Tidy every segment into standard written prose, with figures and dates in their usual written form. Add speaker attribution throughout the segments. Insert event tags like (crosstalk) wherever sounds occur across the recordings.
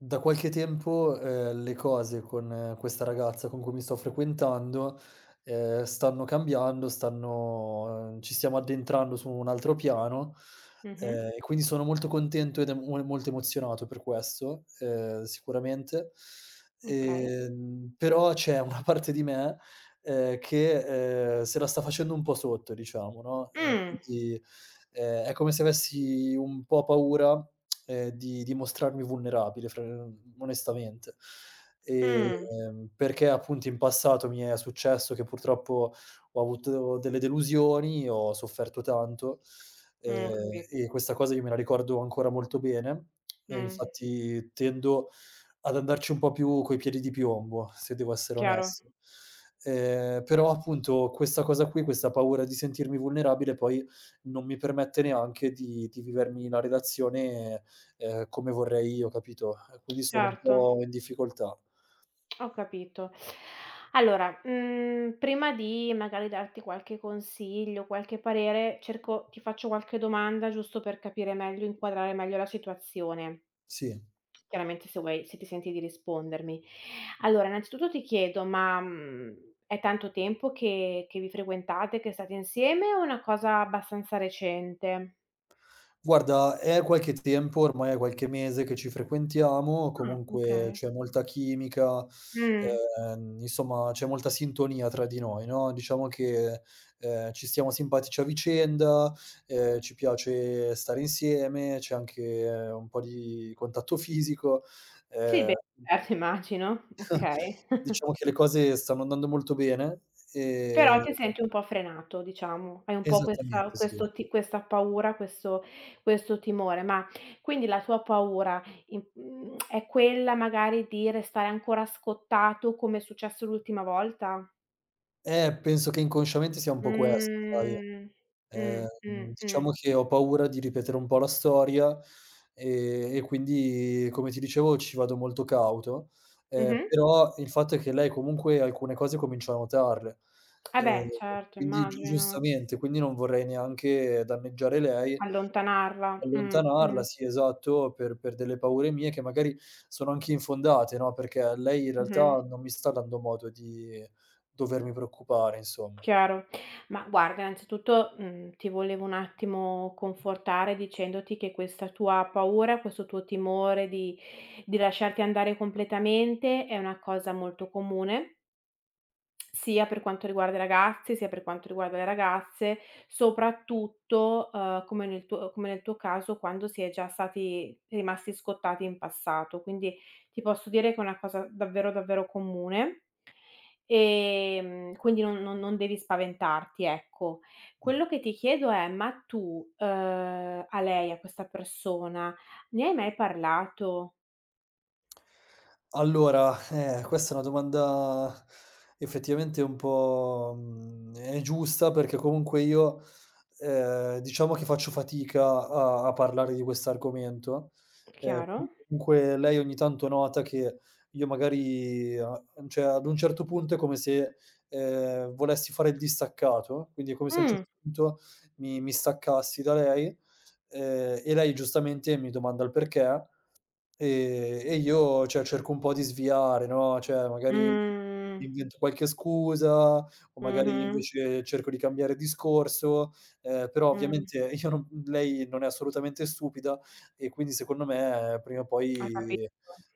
Speaker 1: Da qualche tempo, le cose con questa ragazza con cui mi sto frequentando stanno cambiando, stanno ci stiamo addentrando su un altro piano,
Speaker 2: Mh-mh,
Speaker 1: e quindi sono molto contento ed em- mo molto emozionato per questo, sicuramente.
Speaker 2: okay.
Speaker 1: Però c'è una parte di me che, se la sta facendo un po' sotto, diciamo, no,
Speaker 2: Mh,
Speaker 1: quindi, è come se avessi un po' paura, di mostrarmi vulnerabile, fra onestamente. E,
Speaker 2: mh,
Speaker 1: Perché appunto in passato mi è successo che purtroppo ho avuto delle delusioni, ho sofferto tanto,
Speaker 2: ho capi
Speaker 1: e questa cosa io me la ricordo ancora molto bene. E
Speaker 2: mh,
Speaker 1: infatti tendo ad andarci un po' più coi piedi di piombo, se devo essere
Speaker 2: chiaro.
Speaker 1: onesto. Però appunto questa cosa qui, questa paura di sentirmi vulnerabile poi non mi permette neanche di vivermi la relazione, come vorrei io, capito? Quindi sono un
Speaker 2: Certo,
Speaker 1: po' in difficoltà.
Speaker 2: ho capito. Allora, prima di magari darti qualche consiglio, qualche parere, cerco ti faccio qualche domanda giusto per capire meglio, inquadrare meglio la situazione.
Speaker 1: Sì.
Speaker 2: Chiaramente se vuoi, se ti senti di rispondermi. Allora, innanzitutto ti chiedo, ma, è tanto tempo che vi frequentate, che state insieme o è una cosa abbastanza recente?
Speaker 1: Guarda, è qualche tempo, ormai è qualche mese che ci frequentiamo, comunque
Speaker 2: Okay.
Speaker 1: c'è molta chimica,
Speaker 2: Mh.
Speaker 1: insomma c'è molta sintonia tra di noi, no, diciamo che, ci stiamo simpatici a vicenda, ci piace stare insieme, c'è anche un po' di contatto fisico,
Speaker 2: Sì,
Speaker 1: ehm,
Speaker 2: beh, certo immagino,
Speaker 1: (laughs)
Speaker 2: okay. (laughs)
Speaker 1: diciamo che le cose stanno andando molto bene,
Speaker 2: Però
Speaker 1: ehm
Speaker 2: ti senti un po' frenato diciamo, hai un po' questa
Speaker 1: esattamente sì.
Speaker 2: questo ti questa paura, questo timore. Ma quindi la tua paura è quella magari di restare ancora scottato come è successo l'ultima volta?
Speaker 1: Penso che inconsciamente sia un po' questo, sai.
Speaker 2: Mh. Mh, mh,
Speaker 1: Ehm,
Speaker 2: mh.
Speaker 1: diciamo che ho paura di ripetere un po' la storia, e quindi, come ti dicevo, ci vado molto cauto,
Speaker 2: Mh-mh.
Speaker 1: però il fatto è che lei comunque alcune cose comincia a notarle,
Speaker 2: Eh
Speaker 1: ehm,
Speaker 2: beh, certo
Speaker 1: quindi
Speaker 2: immagino.
Speaker 1: giustamente, quindi non vorrei neanche danneggiare lei,
Speaker 2: Allontanarla.
Speaker 1: allontanarla, sì esatto, per delle paure mie che magari sono anche infondate, no, perché lei in
Speaker 2: Mh-mh.
Speaker 1: realtà non mi sta dando modo di dovermi preoccupare, insomma.
Speaker 2: Chiaro. Ma guarda, innanzitutto, ti volevo un attimo confortare dicendoti che questa tua paura, questo tuo timore di lasciarti andare completamente è una cosa molto comune sia per quanto riguarda i ragazzi, sia per quanto riguarda le ragazze, soprattutto, come nel tuo caso, quando si è già stati rimasti scottati in passato. Quindi ti posso dire che è una cosa davvero, davvero comune, quindi non devi spaventarti, ecco. Quello che ti chiedo è: ma tu, a lei, a questa persona, ne hai mai parlato?
Speaker 1: Allora, questa è una domanda effettivamente un po', mhmm, è giusta perché comunque io, diciamo che faccio fatica a parlare di quest'argomento,
Speaker 2: Chiaro?
Speaker 1: quindi comunque lei ogni tanto nota che io magari a cioè ad un certo punto è come se, volessi fare il distaccato, quindi è come se a un
Speaker 2: Mh.
Speaker 1: certo punto mi staccassi da lei, e lei giustamente mi domanda il perché. Ehm, e io, cioè, cerco un po' di sviare, no, cioè magari
Speaker 2: Mh.
Speaker 1: invento qualche scusa o magari
Speaker 2: Mh-mh.
Speaker 1: invece cerco di cambiare discorso, però
Speaker 2: Mh.
Speaker 1: ovviamente (laughs) io non lei non è assolutamente stupida e quindi secondo me prima o
Speaker 2: Ho capito.
Speaker 1: poi,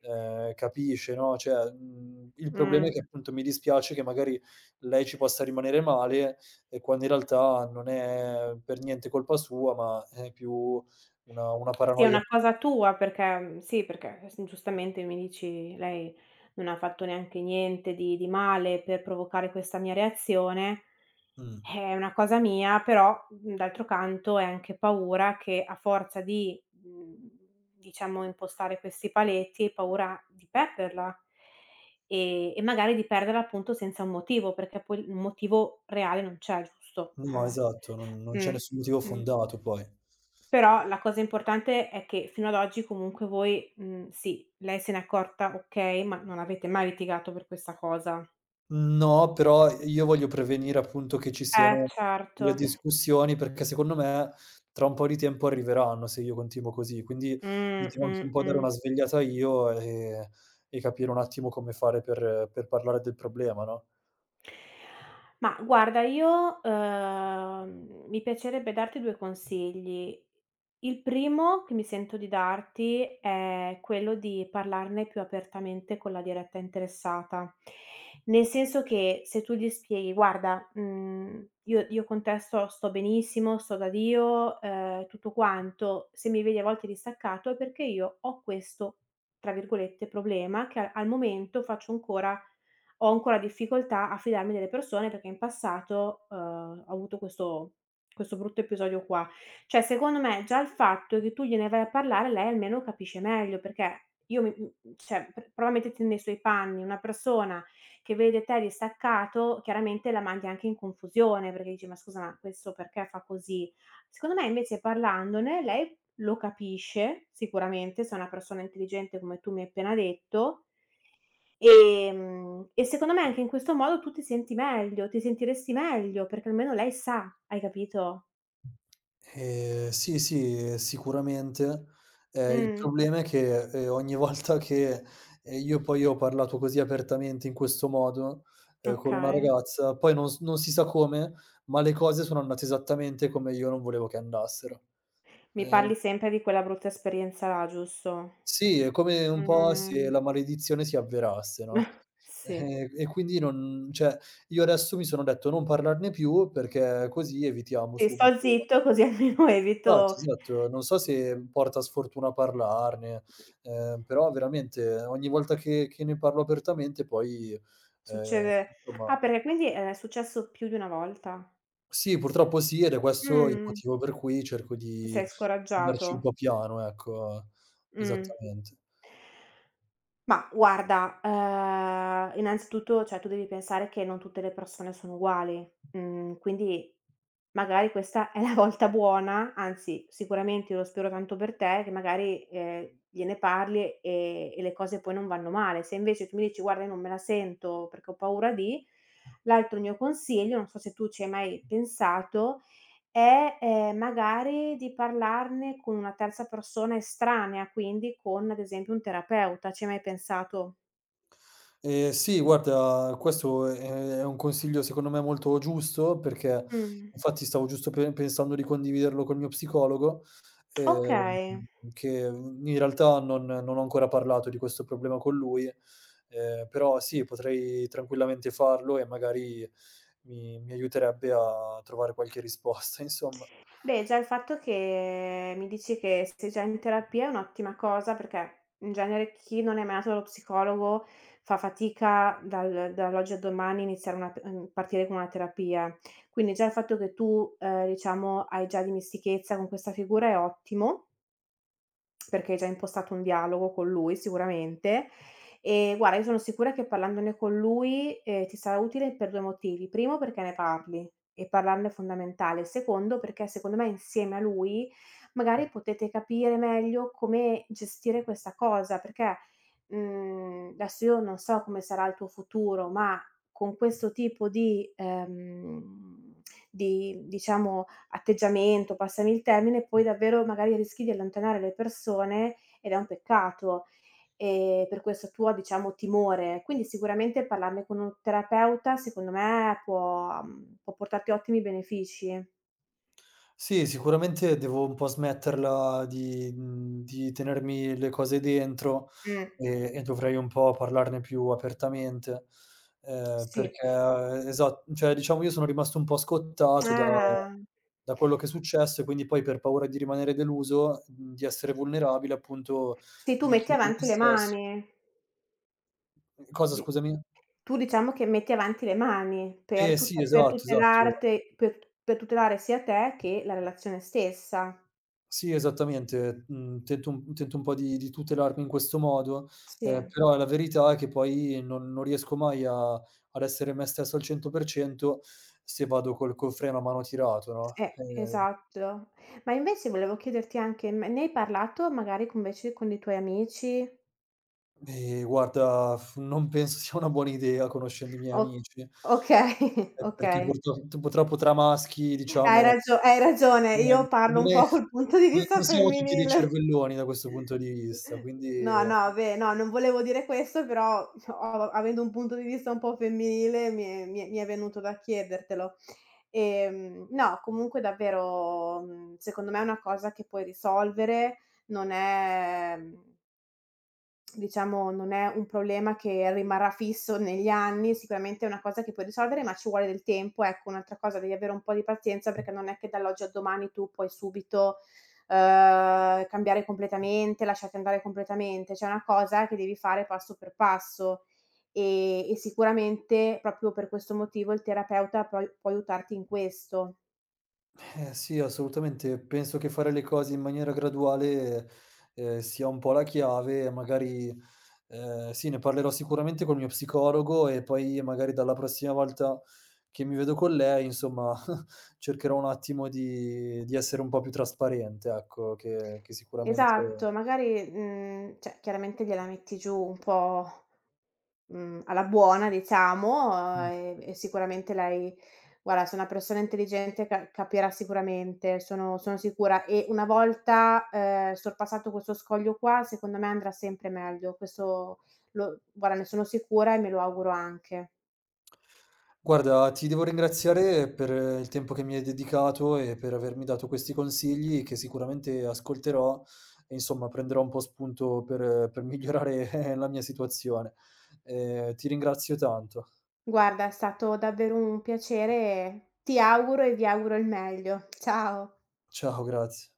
Speaker 1: capisce, no, cioè, mhmm, il problema è
Speaker 2: Mh.
Speaker 1: che appunto mi dispiace che magari lei ci possa rimanere male e quando in realtà non è per niente colpa sua, ma è più una
Speaker 2: Sì, è
Speaker 1: paranoia.
Speaker 2: una cosa tua perché sì, perché s giustamente mi dici: "Lei non ha fatto neanche niente di male per provocare questa mia reazione,
Speaker 1: Mh.
Speaker 2: è una cosa mia", però, d'altro canto è anche paura che a forza di, diciamo impostare questi paletti, hai paura di perderla. E magari di perderla appunto senza un motivo, perché poi un motivo reale non c'è, giusto?
Speaker 1: No, esatto, non c'è
Speaker 2: Mh,
Speaker 1: nessun motivo
Speaker 2: mh.
Speaker 1: fondato poi.
Speaker 2: Però la cosa importante è che fino ad oggi comunque voi, sì, lei se n'è accorta, okay, ma non avete mai litigato per questa cosa.
Speaker 1: No, però io voglio prevenire appunto che ci
Speaker 2: Eh
Speaker 1: siano
Speaker 2: certo.
Speaker 1: delle discussioni, perché secondo me tra un po' di tempo arriveranno se io continuo così. Quindi mi
Speaker 2: Mh,
Speaker 1: devo anche
Speaker 2: mh,
Speaker 1: un po' dare
Speaker 2: mh.
Speaker 1: una svegliata io e capire un attimo come fare per parlare del problema, no?
Speaker 2: Ma guarda io, mi piacerebbe darti due consigli. Il primo che mi sento di darti è quello di parlarne più apertamente con la diretta interessata. Nel senso che se tu gli spieghi: "Guarda, io con te sto benissimo, sto da Dio, tutto quanto. Se mi vedi a volte distaccato è perché io ho questo, tra virgolette, "problema", che a al momento faccio ancora ho ancora difficoltà a fidarmi delle persone perché in passato, ho avuto questo brutto episodio qua. Cioè, secondo me già il fatto che tu gliene vai a parlare, lei almeno capisce meglio, perché io cioè pr prova a metterti nei suoi panni, una persona che vede te distaccato chiaramente la mandi anche in confusione, perché dici: "Ma scusa, ma questo perché fa così?" Secondo me invece parlandone lei lo capisce sicuramente, se è una persona intelligente come tu mi hai appena detto. E secondo me anche in questo modo tu ti senti meglio, ti sentiresti meglio, perché almeno lei sa, hai capito?
Speaker 1: Sì, sì, sicuramente. Il
Speaker 2: Mh,
Speaker 1: problema è che, ogni (laughs) volta che, io poi ho parlato così apertamente in questo modo, con una
Speaker 2: okay.
Speaker 1: ragazza, poi non si sa come, ma le cose sono andate esattamente come io non volevo che andassero.
Speaker 2: Mi
Speaker 1: Ehm,
Speaker 2: parli sempre di quella brutta esperienza là, giusto?
Speaker 1: sì, è come un po' se
Speaker 2: Mh,
Speaker 1: la maledizione si avverasse, no,
Speaker 2: sì.
Speaker 1: e quindi non cioè, io adesso mi sono detto: "Non parlarne più, perché così evitiamo
Speaker 2: Sì,
Speaker 1: subito."
Speaker 2: sto zitto, (laughs) così almeno
Speaker 1: Esatto,
Speaker 2: evito.
Speaker 1: esatto. Non so se porta sfortuna parlarne, però veramente ogni volta che ne parlo apertamente poi, ehm,
Speaker 2: Succede.
Speaker 1: insomma
Speaker 2: Ah, perché quindi è successo più di una volta?
Speaker 1: sì, purtroppo sì, ed è questo il
Speaker 2: Mh,
Speaker 1: motivo per cui cerco
Speaker 2: ti
Speaker 1: di
Speaker 2: sei
Speaker 1: andarci un
Speaker 2: scoraggiato.
Speaker 1: po' piano, ecco.
Speaker 2: Mh.
Speaker 1: Esattamente.
Speaker 2: Ma guarda, innanzitutto, cioè tu devi pensare che non tutte le persone sono uguali, quindi magari questa è la (laughs) volta buona, anzi sicuramente io lo spero tanto per te, che magari, gliene parli e le cose poi non vanno male. Se invece tu mi dici: "Guarda io non me la sento perché ho paura di", l'altro mio consiglio, non so se tu ci hai mai pensato, e, magari di parlarne con una terza persona estranea, quindi con ad esempio un terapeuta. Ci hai mai pensato?
Speaker 1: Sì, guarda, questo è un consiglio secondo me molto giusto, perché
Speaker 2: Mh,
Speaker 1: infatti stavo giusto pe pensando di condividerlo col mio psicologo, ehm,
Speaker 2: okay.
Speaker 1: che, mhmm, in realtà non ho ancora parlato di questo problema con lui, però sì, potrei tranquillamente farlo e magari mi aiuterebbe a trovare qualche risposta, (laughs) insomma.
Speaker 2: Beh, già il fatto che mi dici che sei già in terapia è un'ottima cosa, perché in genere chi non è mai andato dallo psicologo fa fatica dal dall'oggi al domani a iniziare una p mhmm, partire con una terapia. Quindi già il fatto che tu, diciamo hai già dimestichezza con questa figura è ottimo. Perché hai già impostato un dialogo con lui sicuramente. E guarda, io sono sicura che parlandone con lui, ti sarà utile per due motivi. Primo perché ne parli e parlarne è fondamentale. Secondo perché secondo me insieme a lui magari potete capire meglio come gestire questa cosa, perché adesso io non so come sarà il tuo futuro, ma con questo tipo di diciamo atteggiamento, passami il termine, poi davvero magari rischi di allontanare le persone ed è un peccato, per questo tuo, diciamo, timore. Quindi sicuramente parlarne con un terapeuta, secondo me può può portarti ottimi benefici.
Speaker 1: Sì, sicuramente devo un po' smetterla di, mhmm, di tenermi le cose dentro
Speaker 2: Mh,
Speaker 1: e dovrei un po' parlarne più apertamente,
Speaker 2: sì.
Speaker 1: perché esa cioè diciamo io sono rimasto un po' scottato da
Speaker 2: Eh.
Speaker 1: quello che è successo e quindi poi per paura di rimanere deluso, mhmm, di essere vulnerabile appunto
Speaker 2: Sì, tu
Speaker 1: mi
Speaker 2: metti
Speaker 1: chiudo in me
Speaker 2: avanti le
Speaker 1: stesso.
Speaker 2: mani.
Speaker 1: Cosa
Speaker 2: Di
Speaker 1: scusami?
Speaker 2: Tu diciamo che metti avanti le mani per
Speaker 1: Eh sì,
Speaker 2: tute per
Speaker 1: esatto, esatto.
Speaker 2: tutelarti, per tutelare sia te che la relazione stessa.
Speaker 1: Sì, esattamente. Mhmm, tento un po' di tutelarmi in questo modo,
Speaker 2: Sì,
Speaker 1: però la verità è che poi non riesco mai a ad essere me stesso al 100%, se vado col freno a mano tirato, no,
Speaker 2: esatto. Ma invece volevo chiederti anche, ma ne hai parlato magari con invece con i tuoi amici?
Speaker 1: e guarda, non penso (laughs) sia una buona idea conoscendo i miei
Speaker 2: O
Speaker 1: amici.
Speaker 2: Okay, (laughs)
Speaker 1: Perché
Speaker 2: okay.
Speaker 1: purtroppo tra maschi, diciamo,
Speaker 2: Hai ragione,
Speaker 1: ehm,
Speaker 2: io parlo
Speaker 1: non
Speaker 2: un
Speaker 1: è
Speaker 2: po' col punto di
Speaker 1: non
Speaker 2: vista
Speaker 1: siamo tutti dei
Speaker 2: femminile.
Speaker 1: cervelloni da questo punto di vista, quindi
Speaker 2: No, no, vabbè, no, non volevo dire questo, però ho avendo un punto di vista un po' femminile mi è venuto da chiedertelo. No, comunque davvero, secondo me è una cosa che puoi risolvere, non è. Mhmm Diciamo non è un problema che rimarrà fisso negli anni, sicuramente è una cosa che puoi risolvere, ma ci vuole del tempo. Ecco, un'altra cosa: devi avere un po' di pazienza perché non è che dall'oggi al domani tu puoi subito, cambiare completamente, lasciarti andare completamente. Cioè, è una cosa che devi fare passo per passo, e sicuramente proprio per questo motivo il terapeuta poi può aiutarti in questo.
Speaker 1: eh sì, assolutamente. Penso che fare le cose in maniera graduale, sia un po' la chiave e magari, sì, ne parlerò sicuramente col mio psicologo e poi magari dalla prossima volta che mi vedo con lei, insomma, (laughs) cercherò un attimo di essere un po' più trasparente, ecco, che sicuramente
Speaker 2: Esatto, magari, cioè chiaramente gliela metti giù un po' alla buona diciamo,
Speaker 1: mh.
Speaker 2: e sicuramente lei guarda, se è una persona intelligente ca capirà sicuramente, sono sicura, e una volta, sorpassato questo scoglio qua, secondo me andrà sempre meglio. Questo lo guarda, ne sono sicura e me lo auguro anche.
Speaker 1: Guarda, ti devo ringraziare per il tempo che mi hai dedicato e per avermi dato questi consigli che sicuramente ascolterò e insomma prenderò un po' spunto per migliorare (laughs) la mia situazione. Ti ringrazio tanto.
Speaker 2: Guarda, è stato davvero un piacere e ti auguro e vi auguro il meglio. Ciao.
Speaker 1: Ciao, grazie.